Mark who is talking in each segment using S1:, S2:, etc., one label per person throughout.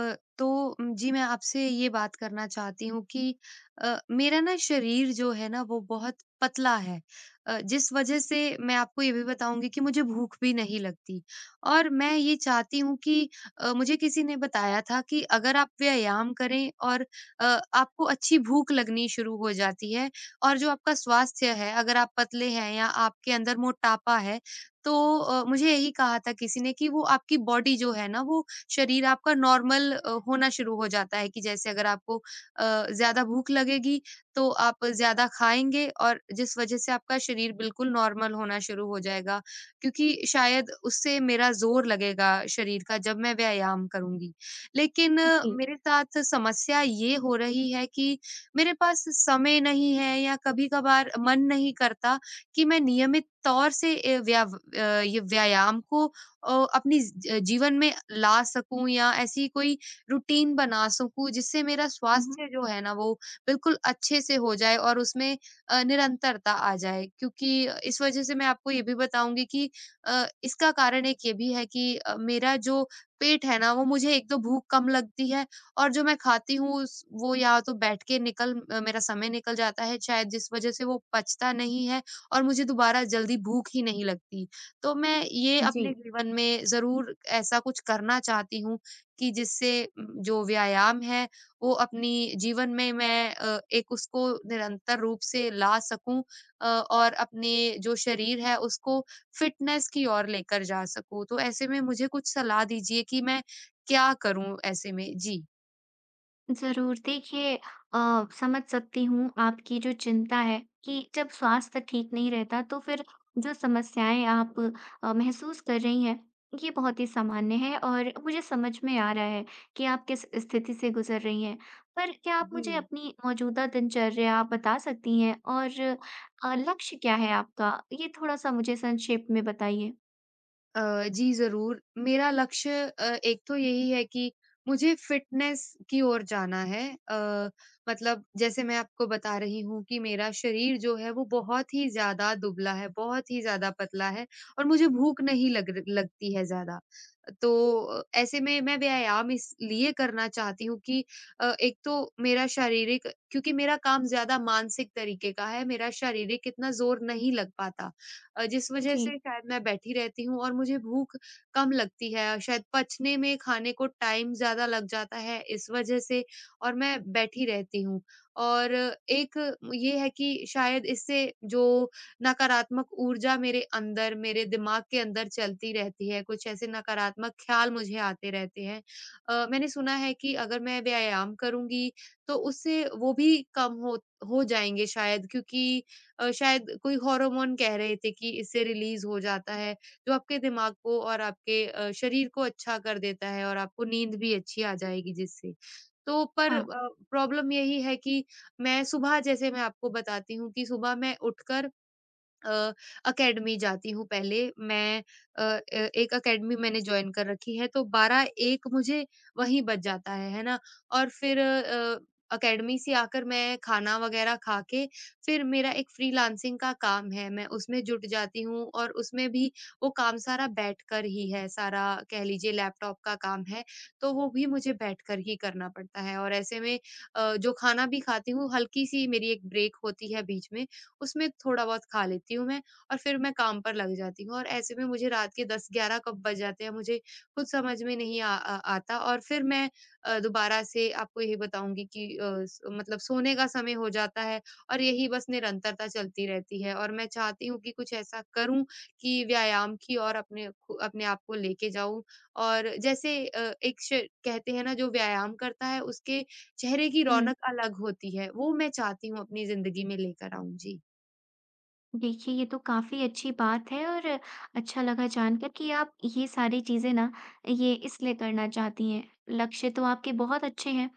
S1: तो जी मैं आपसे ये बात करना चाहती हूँ कि मेरा ना शरीर जो है ना वो बहुत पतला है। जिस वजह से मैं आपको ये भी बताऊँगी कि मुझे भूख भी नहीं लगती। और मैं ये चाहती हूँ कि मुझे किसी ने बताया था कि अगर आप व्यायाम करें और अ, आपको अच्छी भूख लगनी शुरू हो जाती है। और जो आपका स्वास्थ्य है अगर आप पतले हैं या आपके अंदर मोटापा है तो मुझे यही कहा था किसी ने कि वो आपकी बॉडी जो है ना वो शरीर आपका नॉर्मल होना शुरू हो जाता है कि जैसे अगर आपको अ, ज़्यादा भूख लगेगी, तो आप ज़्यादा खाएँगे और जिस वज़ह से आपका शरीर बिल्कुल नॉर्मल होना शुरू हो जाएगा, क्योंकि शायद उससे मेरा ज़ोर लगेगा शरीर का जब मैं व्यायाम करूँगी। लेकिन
S2: जी।
S1: मेरे साथ समस्या ये हो रही है कि मेरे पास समय नहीं है या कभी-कभार मन नहीं करता कि मैं नियमित तौर से ये व्यायाम को अपनी ज जीवन में ला सकूँ या ऐसी कोई रूटीन बना सकूँ जिससे मेरा
S2: हुँ, हुँ।
S1: स्वास्थ्य जो है ना वो बिल्कुल अच्छे से हो जाए और उसमें निरंतरता आ जाए। क्योंकि इस वज़ह से मैं आपको ये भी बताऊँगी कि इसका कारण एक ये भी है कि मेरा जो पेट है ना वो मुझे एक तो भूख कम लगती है। और जो मैं खाती हूँ उस वो या तो बैठ के मेरा समय निकल जाता है शायद जिस वज़ह से वो पचता नहीं है और मुझे दोबारा जल्दी भूख ही नहीं लगती। तो मैं ये अपने
S2: जी,
S1: जीवन में ज़रूर ऐसा कुछ करना चाहती हूँ कि जिससे जो व्यायाम है वो अपनी जीवन में मैं एक उसको निरंतर रूप से ला सकूँ। और अपने जो शरीर है उसको फ़िटनेस की ओर लेकर जा सकूँ। तो ऐसे में मुझे कुछ सलाह दीजिए कि मैं क्या करूँ ऐसे में? जी।
S2: ज़रूर देखिए। समझ सकती हूँ आपकी जो चिंता है कि जब स्वास्थ्य ठीक नहीं रहता तो फिर जो समस्याएँ आप महसूस कर रही हैं, ये बहुत ही सामान्य है और मुझे समझ में आ रहा है कि आप किस स्थिति से गुज़र रही हैं। पर क्या आप
S1: जी।
S2: मुझे अपनी मौजूदा दिनचर्या आप बता सकती हैं और लक्ष्य क्या है आपका? ये थोड़ा-सा मुझे संक्षेप में बताइए।
S1: अ, जी ज़रूर। मेरा लक्ष्य एक तो यही है कि मुझे फ़िटनेस की ओर जाना है। अ, मतलब जैसे मैं आपको बता रही हूँ कि मेरा शरीर जो है वो बहुत ही ज़्यादा दुबला है, बहुत ही ज़्यादा पतला है और मुझे भूख नहीं लग र लगती है ज़्यादा। तो ऐसे में मैं व्यायाम इसलिए करना चाहती हूँ कि एक तो मेरा शारीरिक क्योंकि मेरा काम ज़्यादा मानसिक तरीके का है, मेरा शारीरिक इतना ज़ोर नहीं लग पाता। जिस वजह से
S2: जी,
S1: शायद मैं बैठी रहती हूँ और मुझे भूख कम लगती है। शायद पचने में खाने को टाइम ज़्यादा लग जाता है इस वजह से और मैं बैठी रहती हूँ। और एक ये है कि शायद इससे जो नकारात्मक ऊर्जा मेरे अंदर, मेरे दिमाग के अंदर चलती रहती है, कुछ ऐसे नकारात्मक ख्याल मुझे आते रहते हैं। मैंने सुना है कि अगर मैं व्यायाम करूँगी तो उससे वो भी कम हो जाएँगे शायद क्योंकि शायद कोई हार्मोन कह रहे थे कि इससे रिलीज़ हो जाता है, जो आपके दिमाग को और आपके शरीर को अच्छा कर देता है और आपको नींद भी अच्छी आ जाएगी जिससे। तो पर
S2: हाँ।
S1: प्रॉब्लम यही है कि मैं सुबह जैसे मैं आपको बताती हूँ कि सुबह मैं उठकर अ, अकेडमी जाती हूँ पहले मैं अ, एक अकेडमी मैंने ज्वाइन कर रखी है तो 12 एक मुझे वहीं बज जाता है ना। और फिर अकेडमी से आकर मैं खाना वगैरह खा के फिर मेरा एक फ्रीलांसिंग का काम है मैं उसमें जुट जाती हूँ और उसमें भी वो काम सारा बैठकर ही है सारा कह लीजिए लैपटॉप का काम है तो वो भी मुझे बैठकर ही करना पड़ता है। और ऐसे में जो खाना भी खाती हूँ हल्की सी मेरी एक ब्रेक होती है बीच में उसमें थोड़ा बहुत खा लेती हूँ मैं। और फिर मैं काम पर लग जाती हूँ और ऐसे में मुझे रात के 10-11 कब बज जाते हैं मुझे खुद समझ में नहीं आ, आ, आता। और फिर मैं दोबारा से आपको यही बताऊंगी कि मतलब सोने का समय हो जाता है और यही बस निरंतरता चलती रहती है और मैं चाहती हूँ कि कुछ ऐसा करूं कि व्यायाम की और अपने अपने आप को लेके जाऊं। और जैसे एक कहते हैं ना जो व्यायाम करता है उसके चेहरे की
S2: हुँ।
S1: रौनक अलग होती है वो मैं चाहती हूँ अपनी जिंदगी में लेकर आऊं जी।
S2: देखिए, ये तो काफ़ी अच्छी बात है और अच्छा लगा जानकर कि आप ये सारी चीज़ें ना ये इसलिए करना चाहती हैं। लक्ष्य तो आपके बहुत अच्छे हैं,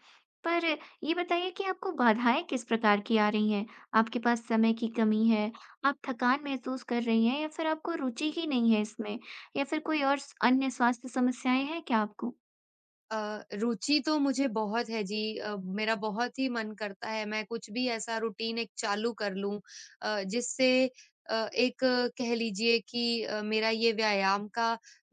S2: पर ये बताइए कि आपको बाधाएँ किस प्रकार की आ रही हैं? आपके पास समय की कमी है, आप थकान महसूस कर रही हैं या फिर आपको रुचि ही नहीं है इसमें या फिर कोई और स अन्य स्वास्थ्य समस्याएँ हैं क्या आपको?
S1: अ, रुचि तो मुझे बहुत है जी। मेरा बहुत ही मन करता है मैं कुछ भी ऐसा रूटीन एक चालू कर लूं जिससे एक कह लीजिए कि मेरा ये व्यायाम का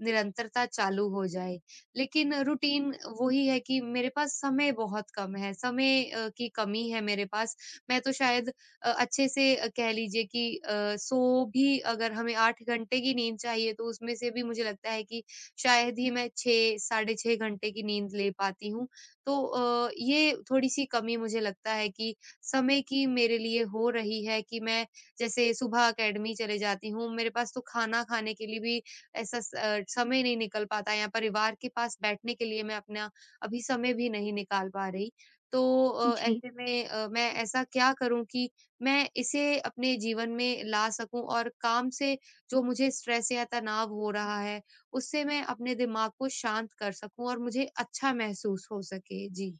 S1: निरंतरता चालू हो जाए। लेकिन रूटीन वही है कि मेरे पास समय बहुत कम है समय की कमी है मेरे पास। मैं तो शायद अच्छे से कह लीजिए कि सो भी अगर हमें 8 घंटे की नींद चाहिए तो उसमें से भी मुझे लगता है कि शायद ही मैं 6 साढ़े 6 घंटे की नींद ले पाती हूँ। तो ये थोड़ी-सी कमी मुझे लगता है कि समय की मेरे लिए हो रही है कि मैं जैसे सुबह अकेडमी चले जाती हूँ, मेरे पास तो खाना खाने के लिए भी ऐसा समय नहीं निकल पाता या परिवार के पास बैठने के लिए मैं अपना अभी समय भी नहीं निकाल पा रही। तो
S2: जी।
S1: ऐसे में मैं ऐसा क्या करूँ कि मैं इसे अपने जीवन में ला सकूँ और काम से जो मुझे स्ट्रेस या तनाव हो रहा है, उससे मैं अपने दिमाग को शांत कर सकूँ और मुझे अच्छा महसूस हो सके। जी।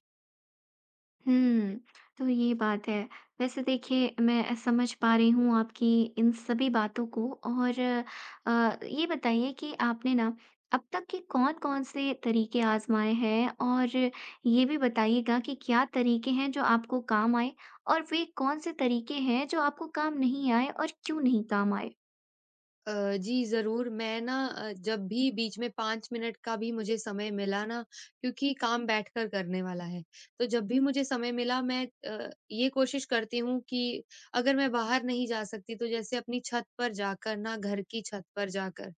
S2: हुँ, तो ये बात है। वैसे देखिए, मैं समझ पा रही हूँ आपकी इन सभी बातों को और ये बताइए कि आपने ना अब तक के कौन-कौन से तरीके आज़माए हैं? और ये भी बताइएगा कि क्या तरीके हैं जो आपको काम आए? और वे कौन से तरीके हैं जो आपको काम नहीं आए और क्यों नहीं काम आए?
S1: अ, जी ज़रूर, मैं ना जब भी बीच में 5 मिनट का भी मुझे समय मिला ना क्योंकि काम बैठकर करने वाला है, तो जब भी मुझे समय मिला मैं ये कोशिश करती हूँ कि अगर मैं बाहर नहीं जा सकती तो जैसे अपनी छत पर जाकर ना घर की छत पर जाकर,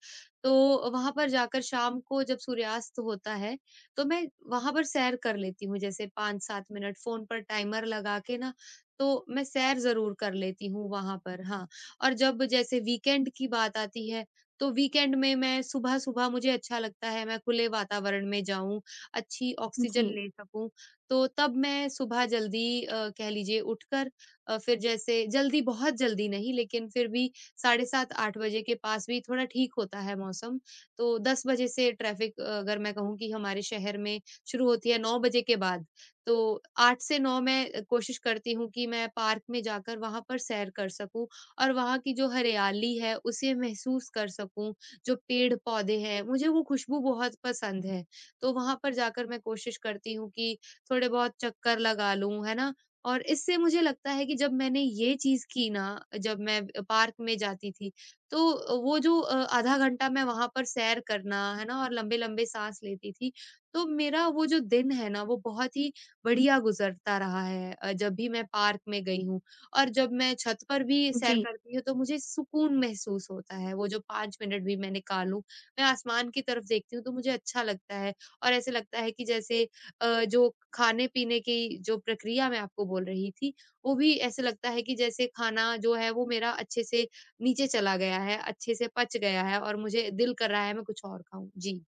S1: तो वहाँ पर जाकर शाम को जब सूर्यास्त होता है, तो मैं वहाँ पर सैर कर लेती हूँ जैसे 5-7 मिनट फ़ोन पर टाइमर लगा के ना, तो मैं सैर ज़रूर कर लेती हूँ वहाँ पर। हाँ। और जब जैसे वीकेंड की बात आती है, तो वीकेंड में मैं सुबह-सुबह मुझे अच्छा लगता है, मैं खुले वातावरण में जाऊँ, अच्छी
S2: जी।
S1: ऑक्सीजन ले सकूँ, तो तब मैं सुबह जल्दी कह लीजिए उठकर फिर जैसे जल्दी बहुत जल्दी नहीं, लेकिन फिर भी 7:30 8 बजे के पास भी थोड़ा ठीक होता है मौसम। तो 10 बजे से ट्रैफ़िक अगर मैं कहूँ कि हमारे शहर में शुरू होती है 9 बजे के बाद, तो 8 से 9 मैं कोशिश करती हूँ कि मैं पार्क में जाकर वहाँ पर सैर कर सकूँ और वहाँ की जो हरियाली है उसे महसूस कर सकूँ, जो पेड़-पौधे हैं, मुझे वो खुशबू बहुत पसंद है। तो वहाँ पर जाकर मैं कोशिश करती हूँ कि थोड़े बहुत चक्कर लगा लूँ, है ना? और इससे मुझे लगता है कि जब मैंने ये चीज़ की ना, जब मैं पार्क में जाती थी, तो वो जो आधा घंटा मैं वहाँ पर सैर करना, है ना? और लंबे-लंबे साँस लेती थी, तो मेरा वो जो दिन है ना, वो बहुत ही बढ़िया गुज़रता रहा है जब भी मैं पार्क में गई हूँ। और जब मैं छत पर भी सैर
S2: जी।
S1: करती हूँ, तो मुझे सुकून महसूस होता है, वो जो 5 मिनट भी मैं निकालूँ, मैं आसमान की तरफ देखती हूँ, तो मुझे अच्छा लगता है और ऐसे लगता है कि जैसे जो खाने-पीने की जो प्रक्रिया मैं आपको बोल रही थी, वो भी ऐसे लगता है कि जैसे खाना जो है, वो मेरा अच्छे से नीचे चला गया है, अच्छे से पच गया है और मुझे दिल कर रहा है, मैं कुछ और खाऊँ। जी।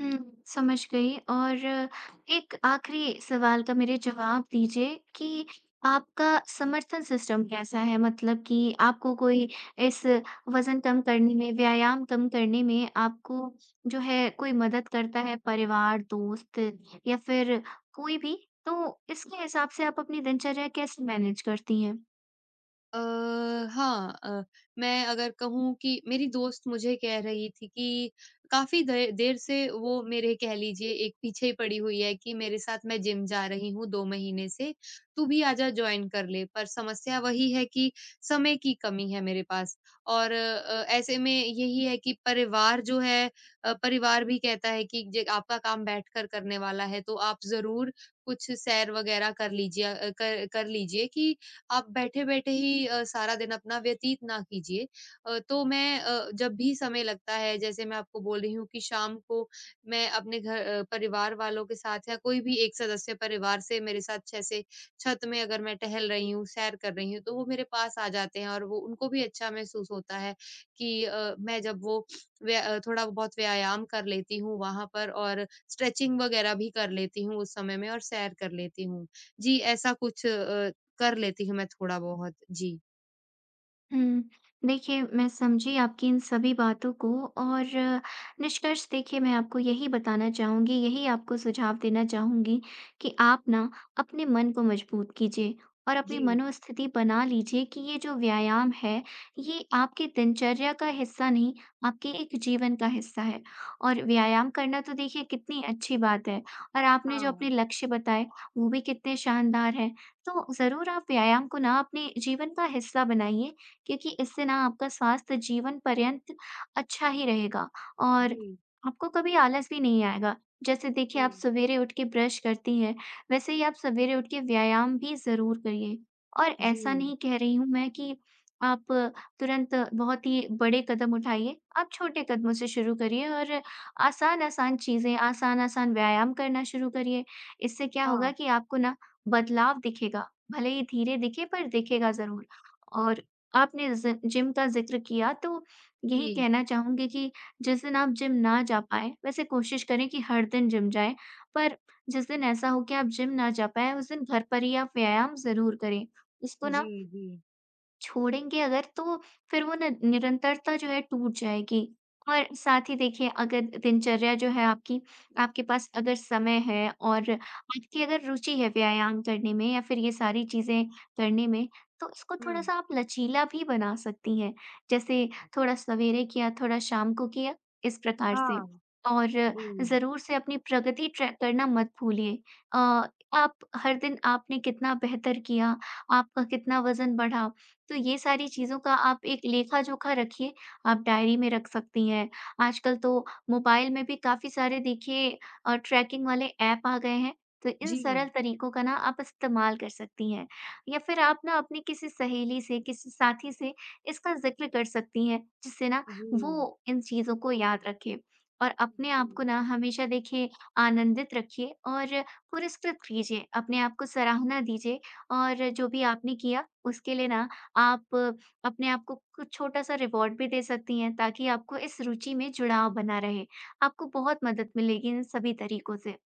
S2: हुँ, समझ गई और एक आखिरी सवाल का मेरे जवाब दीजिए कि आपका समर्थन सिस्टम कैसा है? मतलब कि आपको कोई इस वज़न कम करने में, व्यायाम कम करने में आपको जो है कोई मदद करता है परिवार, दोस्त या फिर कोई भी? तो इसके हिसाब से आप अपनी दिनचर्या कैसे मैनेज करती हैं?
S1: अ, हाँ, मैं अगर कहूँ कि मेरी दोस्त मुझे कह रही थी कि काफ़ी दे देर से वो मेरे कह लीजिए एक पीछे ही पड़ी हुई है कि मेरे साथ मैं जिम जा रही हूँ 2 महीने से, तू भी आजा जॉइन कर ले। पर समस्या वही है कि समय की कमी है मेरे पास और ऐसे में यही है कि परिवार जो है परिवार भी कहता है कि ज आपका काम बैठकर करने वाला है तो आप ज़रूर कुछ सैर वग़ैरह कर लीजिए कर कर लीजिए कि आप बैठे-बैठे ही सारा दिन अपना व्यतीत ना कीजिए। तो मैं जब भी समय लगता है जैसे मैं आपको बोल रही हूँ कि शाम को मैं अपने घर परिवार वालों के साथ या कोई भी एक सदस्य परिवार से मेरे साथ जैसे छत में अगर मैं टहल रही हूँ, सैर कर रही हूँ, तो वो मेरे पास आ जाते हैं और वो उनको भी अच्छा महसूस होता है कि मैं जब वो थोड़ा बहुत व्यायाम कर लेती हूँ वहाँ पर और स्ट्रेचिंग वगैरह भी कर लेती हूँ उस समय में और सैर कर लेती हूँ। जी, ऐसा कुछ कर लेती हूँ मैं थोड़ा बहुत। जी।
S2: हुँ। देखिए, मैं समझी आपकी इन सभी बातों को और निष्कर्ष देखिए मैं आपको यही बताना चाहूँगी, यही आपको सुझाव देना चाहूँगी कि आप ना अपने मन को मजबूत कीजिए और अपनी
S1: जी,
S2: मनोस्थिति बना लीजिए कि ये जो व्यायाम है, ये आपकी दिनचर्या का हिस्सा नहीं, आपके एक जीवन का हिस्सा है। और व्यायाम करना तो देखिए कितनी अच्छी बात है और आपने जो अपने
S1: हाँ,
S2: लक्ष्य बताए, वो भी कितने शानदार हैं। तो ज़रूर आप व्यायाम को ना अपने जीवन का हिस्सा बनाइए क्योंकि इससे ना आपका स्वास्थ्य जीवन पर्यंत अच्छा ही रहेगा और
S1: जी,
S2: आपको कभी आलस भी नहीं आएगा। जैसे देखिए आप
S1: जी,
S2: सवेरे उठ के ब्रश करती हैं, वैसे ही आप सवेरे उठ के व्यायाम भी ज़रूर करिए। और ऐसा
S1: जी,
S2: नहीं कह रही हूँ मैं कि आप तुरंत बहुत ही बड़े कदम उठाइए, आप छोटे कदमों से शुरू करिए और आसान-आसान चीज़ें, आसान-आसान व्यायाम करना शुरू करिए। इससे क्या
S1: हाँ,
S2: होगा कि आपको ना बदलाव दिखेगा, भले ही धीरे दिखे पर दिखेगा ज़रूर। और आपने ज़ि जिम का ज़िक्र किया तो यही
S1: जी,
S2: कहना चाहूँगी कि जिस दिन आप जिम ना जा पाएँ, वैसे कोशिश करें कि हर दिन जिम जाएँ। पर जिस दिन ऐसा हो कि आप जिम ना जा पाएँ, उस दिन घर पर ही आप व्यायाम ज़रूर करें। इसको
S1: जी,
S2: ना
S1: जी,
S2: छोड़ेंगे अगर तो फिर वो न निरंतरता जो है टूट जाएगी। और साथ ही देखिए अगर दिनचर्या जो है आपकी आपके पास अगर समय है और आपकी अगर रुचि है व्यायाम करने में या फिर ये सारी चीज़ें करने में, तो इसको
S1: हुँ,
S2: थोड़ा-सा आप लचीला भी बना सकती हैं। जैसे थोड़ा सवेरे किया, थोड़ा शाम को किया, इस प्रकार से।
S1: हाँ,
S2: और
S1: जी,
S2: ज़रूर से अपनी प्रगति ट्रैक करना मत भूलिए। अ, आप हर दिन आपने कितना बेहतर किया, आपका कितना वज़न बढ़ा तो ये सारी चीज़ों का आप एक लेखा-जोखा रखिए, आप डायरी में रख सकती हैं। आजकल तो मोबाइल में भी काफ़ी सारे देखिए ट्रैकिंग वाले ऐप आ गए हैं, तो इन
S1: जी,
S2: सरल तरीकों का ना आप इस्तेमाल कर सकती हैं। या फिर आप ना अपनी किसी सहेली से, किसी साथी से इसका ज़िक्र कर सकती हैं, जिससे ना
S1: जी, जी।
S2: वो इन चीज़ों को याद रखे। और अपने आप को ना हमेशा देखिए आनंदित रखिए और पुरस्कृत कीजिए, अपने आप को सराहना दीजिए और जो भी आपने किया, उसके लिए ना आप अपने आप को कुछ छोटा-सा रिवॉर्ड भी दे सकती हैं ताकि आपको इस रुचि में जुड़ाव बना रहे। आपको बहुत मदद मिलेगी इन सभी तरीकों से।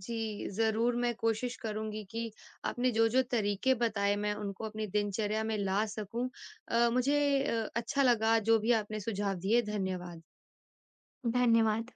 S1: जी, ज़रूर मैं कोशिश करूँगी कि आपने जो-जो तरीके बताए मैं उनको अपनी दिनचर्या में ला सकूँ। मुझे अच्छा लगा जो भी आपने सुझाव दिए, धन्यवाद।
S2: धन्यवाद।